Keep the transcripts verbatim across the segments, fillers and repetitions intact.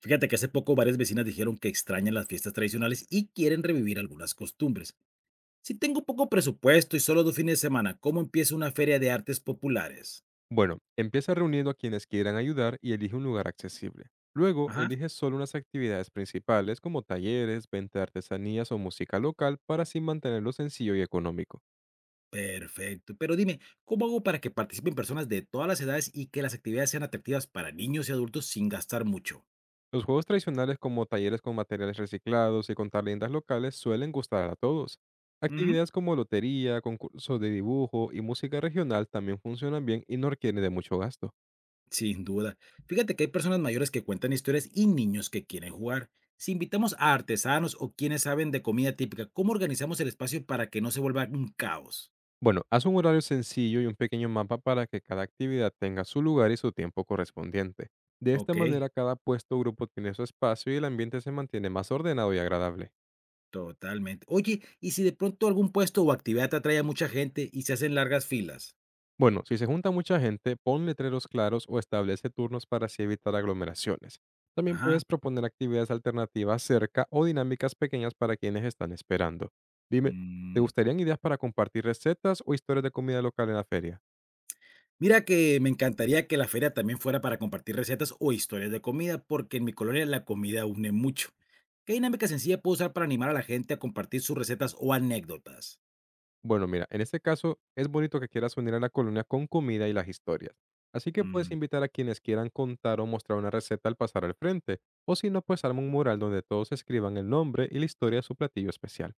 Fíjate que hace poco varias vecinas dijeron que extrañan las fiestas tradicionales y quieren revivir algunas costumbres. Si tengo poco presupuesto y solo dos fines de semana, ¿cómo empiezo una feria de artes populares? Bueno, empieza reuniendo a quienes quieran ayudar y elige un lugar accesible. Luego, Ajá, elige solo unas actividades principales como talleres, venta de artesanías o música local para así mantenerlo sencillo y económico. perfecto. Pero dime, ¿cómo hago para que participen personas de todas las edades y que las actividades sean atractivas para niños y adultos sin gastar mucho? Los juegos tradicionales como talleres con materiales reciclados y contar leyendas locales suelen gustar a todos. Ujú, Actividades como lotería, concursos de dibujo y música regional también funcionan bien y no requieren de mucho gasto. sin duda. Fíjate que hay personas mayores que cuentan historias y niños que quieren jugar. Si invitamos a artesanos o quienes saben de comida típica, ¿cómo organizamos el espacio para que no se vuelva un caos? Bueno, haz un horario sencillo y un pequeño mapa para que cada actividad tenga su lugar y su tiempo correspondiente. De esta Ok. manera, cada puesto o grupo tiene su espacio y el ambiente se mantiene más ordenado y agradable. Totalmente. Oye, ¿y si de pronto algún puesto o actividad te atrae a mucha gente y se hacen largas filas? Bueno, si se junta mucha gente, pon letreros claros o establece turnos para así evitar aglomeraciones. También Ajá. puedes proponer actividades alternativas cerca o dinámicas pequeñas para quienes están esperando. Dime, ¿te Mm, gustarían ideas para compartir recetas o historias de comida local en la feria? mira que me encantaría que la feria también fuera para compartir recetas o historias de comida, porque en mi colonia la comida une mucho. ¿Qué dinámica sencilla puedo usar para animar a la gente a compartir sus recetas o anécdotas? Bueno, mira, en este caso es bonito que quieras unir a la colonia con comida y las historias. Así que puedes Mm, invitar a quienes quieran contar o mostrar una receta al pasar al frente, o si no, pues arma un mural donde todos escriban el nombre y la historia de su platillo especial.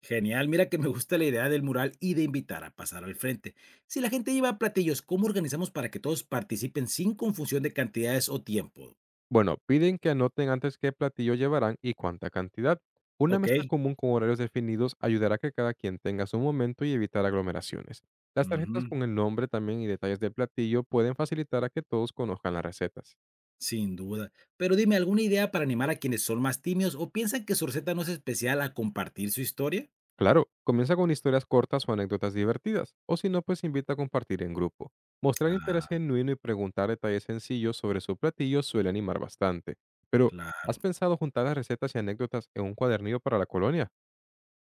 genial, mira que me gusta la idea del mural y de invitar a pasar al frente. Si la gente lleva platillos, ¿cómo organizamos para que todos participen sin confusión de cantidades o tiempo? Bueno, piden que anoten antes qué platillo llevarán y cuánta cantidad. Una Ok. mesa común con horarios definidos ayudará a que cada quien tenga su momento y evitar aglomeraciones. Las tarjetas con el nombre también y detalles del platillo pueden facilitar a que todos conozcan las recetas. Sin duda. Pero dime, ¿alguna idea para animar a quienes son más tímidos o piensan que su receta no es especial a compartir su historia? Claro, comienza con historias cortas o anécdotas divertidas, o si no, pues invita a compartir en grupo. Mostrar interés Ah, genuino y preguntar detalles sencillos sobre su platillo suele animar bastante. Pero, claro. ¿has pensado juntar las recetas y anécdotas en un cuadernillo para la colonia?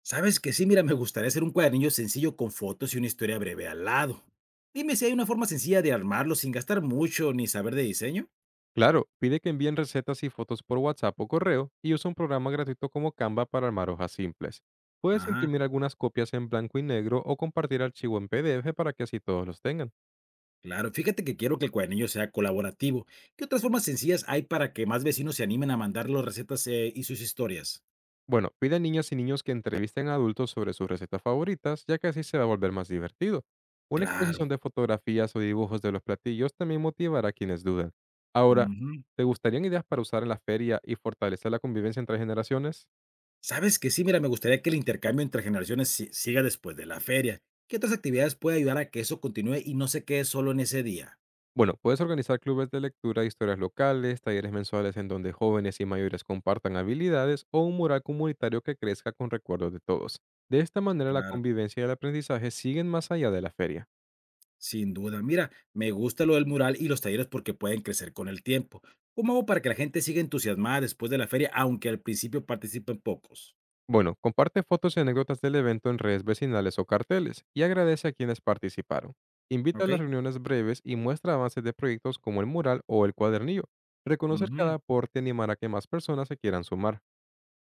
Sabes que sí, mira, me gustaría hacer un cuadernillo sencillo con fotos y una historia breve al lado. Dime si hay una forma sencilla de armarlo sin gastar mucho ni saber de diseño. Claro, pide que envíen recetas y fotos por WhatsApp o correo y usa un programa gratuito como Canva para armar hojas simples. Puedes Ajá, imprimir algunas copias en blanco y negro o compartir archivo en P D F para que así todos los tengan. claro. Fíjate que quiero que el cuadernillo sea colaborativo. ¿Qué otras formas sencillas hay para que más vecinos se animen a mandar las recetas eh, y sus historias? Bueno, pide a niñas y niños que entrevisten a adultos sobre sus recetas favoritas, ya que así se va a volver más divertido. Una Claro. exposición de fotografías o dibujos de los platillos también motivará a quienes dudan. Ahora, Ujú. ¿te gustarían ideas para usar en la feria y fortalecer la convivencia entre generaciones? Sabes que sí, mira, me gustaría que el intercambio entre generaciones si- siga después de la feria. ¿Qué otras actividades puede ayudar a que eso continúe y no se quede solo en ese día? Bueno, puedes organizar clubes de lectura, de historias locales, talleres mensuales en donde jóvenes y mayores compartan habilidades o un mural comunitario que crezca con recuerdos de todos. De esta manera la Claro, convivencia y el aprendizaje siguen más allá de la feria. sin duda. Mira, me gusta lo del mural y los talleres porque pueden crecer con el tiempo. ¿Cómo hago para que la gente siga entusiasmada después de la feria, aunque al principio participen pocos? Bueno, comparte fotos y anécdotas del evento en redes vecinales o carteles y agradece a quienes participaron. Invita a ¿Ok? las reuniones breves y muestra avances de proyectos como el mural o el cuadernillo. Reconocer Ujú, cada aporte animará a que más personas se quieran sumar.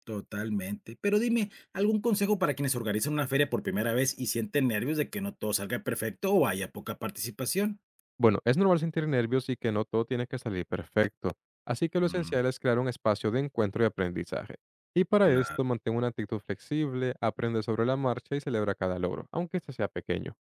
totalmente. Pero dime, ¿algún consejo para quienes organizan una feria por primera vez y sienten nervios de que no todo salga perfecto o haya poca participación? Bueno, es normal sentir nervios y que no todo tiene que salir perfecto, así que lo Mm, esencial es crear un espacio de encuentro y aprendizaje. Y para claro. esto mantén una actitud flexible, aprende sobre la marcha y celebra cada logro, aunque este sea pequeño.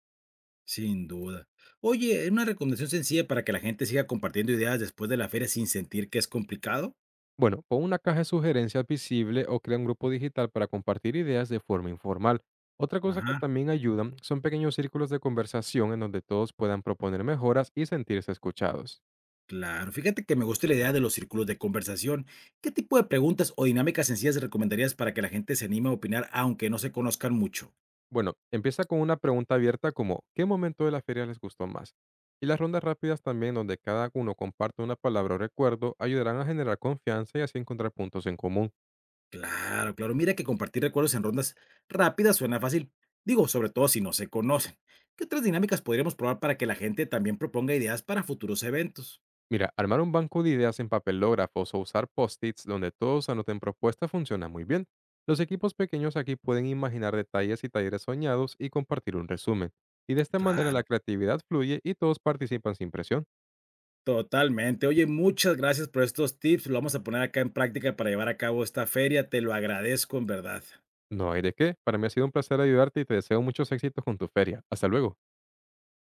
Sin duda. Oye, ¿una recomendación sencilla para que la gente siga compartiendo ideas después de la feria sin sentir que es complicado? Bueno, pon una caja de sugerencias visible o crea un grupo digital para compartir ideas de forma informal. Otra cosa que Ajá, también ayuda son pequeños círculos de conversación en donde todos puedan proponer mejoras y sentirse escuchados. claro. Fíjate que me gusta la idea de los círculos de conversación. ¿Qué tipo de preguntas o dinámicas sencillas recomendarías para que la gente se anime a opinar aunque no se conozcan mucho? Bueno, empieza con una pregunta abierta como ¿qué momento de la feria les gustó más? Y las rondas rápidas también donde cada uno comparte una palabra o recuerdo ayudarán a generar confianza y así encontrar puntos en común. Claro, claro. Mira que compartir recuerdos en rondas rápidas suena fácil. Digo, sobre todo si no se conocen. ¿Qué otras dinámicas podríamos probar para que la gente también proponga ideas para futuros eventos? Mira, armar un banco de ideas en papelógrafos o usar post-its donde todos anoten propuestas funciona muy bien. Los equipos pequeños aquí pueden imaginar detalles y talleres soñados y compartir un resumen. Y de esta Ok. manera Claro. la creatividad fluye y todos participan sin presión. Totalmente. Oye, muchas gracias por estos tips. Lo vamos a poner acá en práctica para llevar a cabo esta feria. Te lo agradezco en verdad. No hay de qué. Para mí ha sido un placer ayudarte y te deseo muchos éxitos con tu feria. Hasta luego.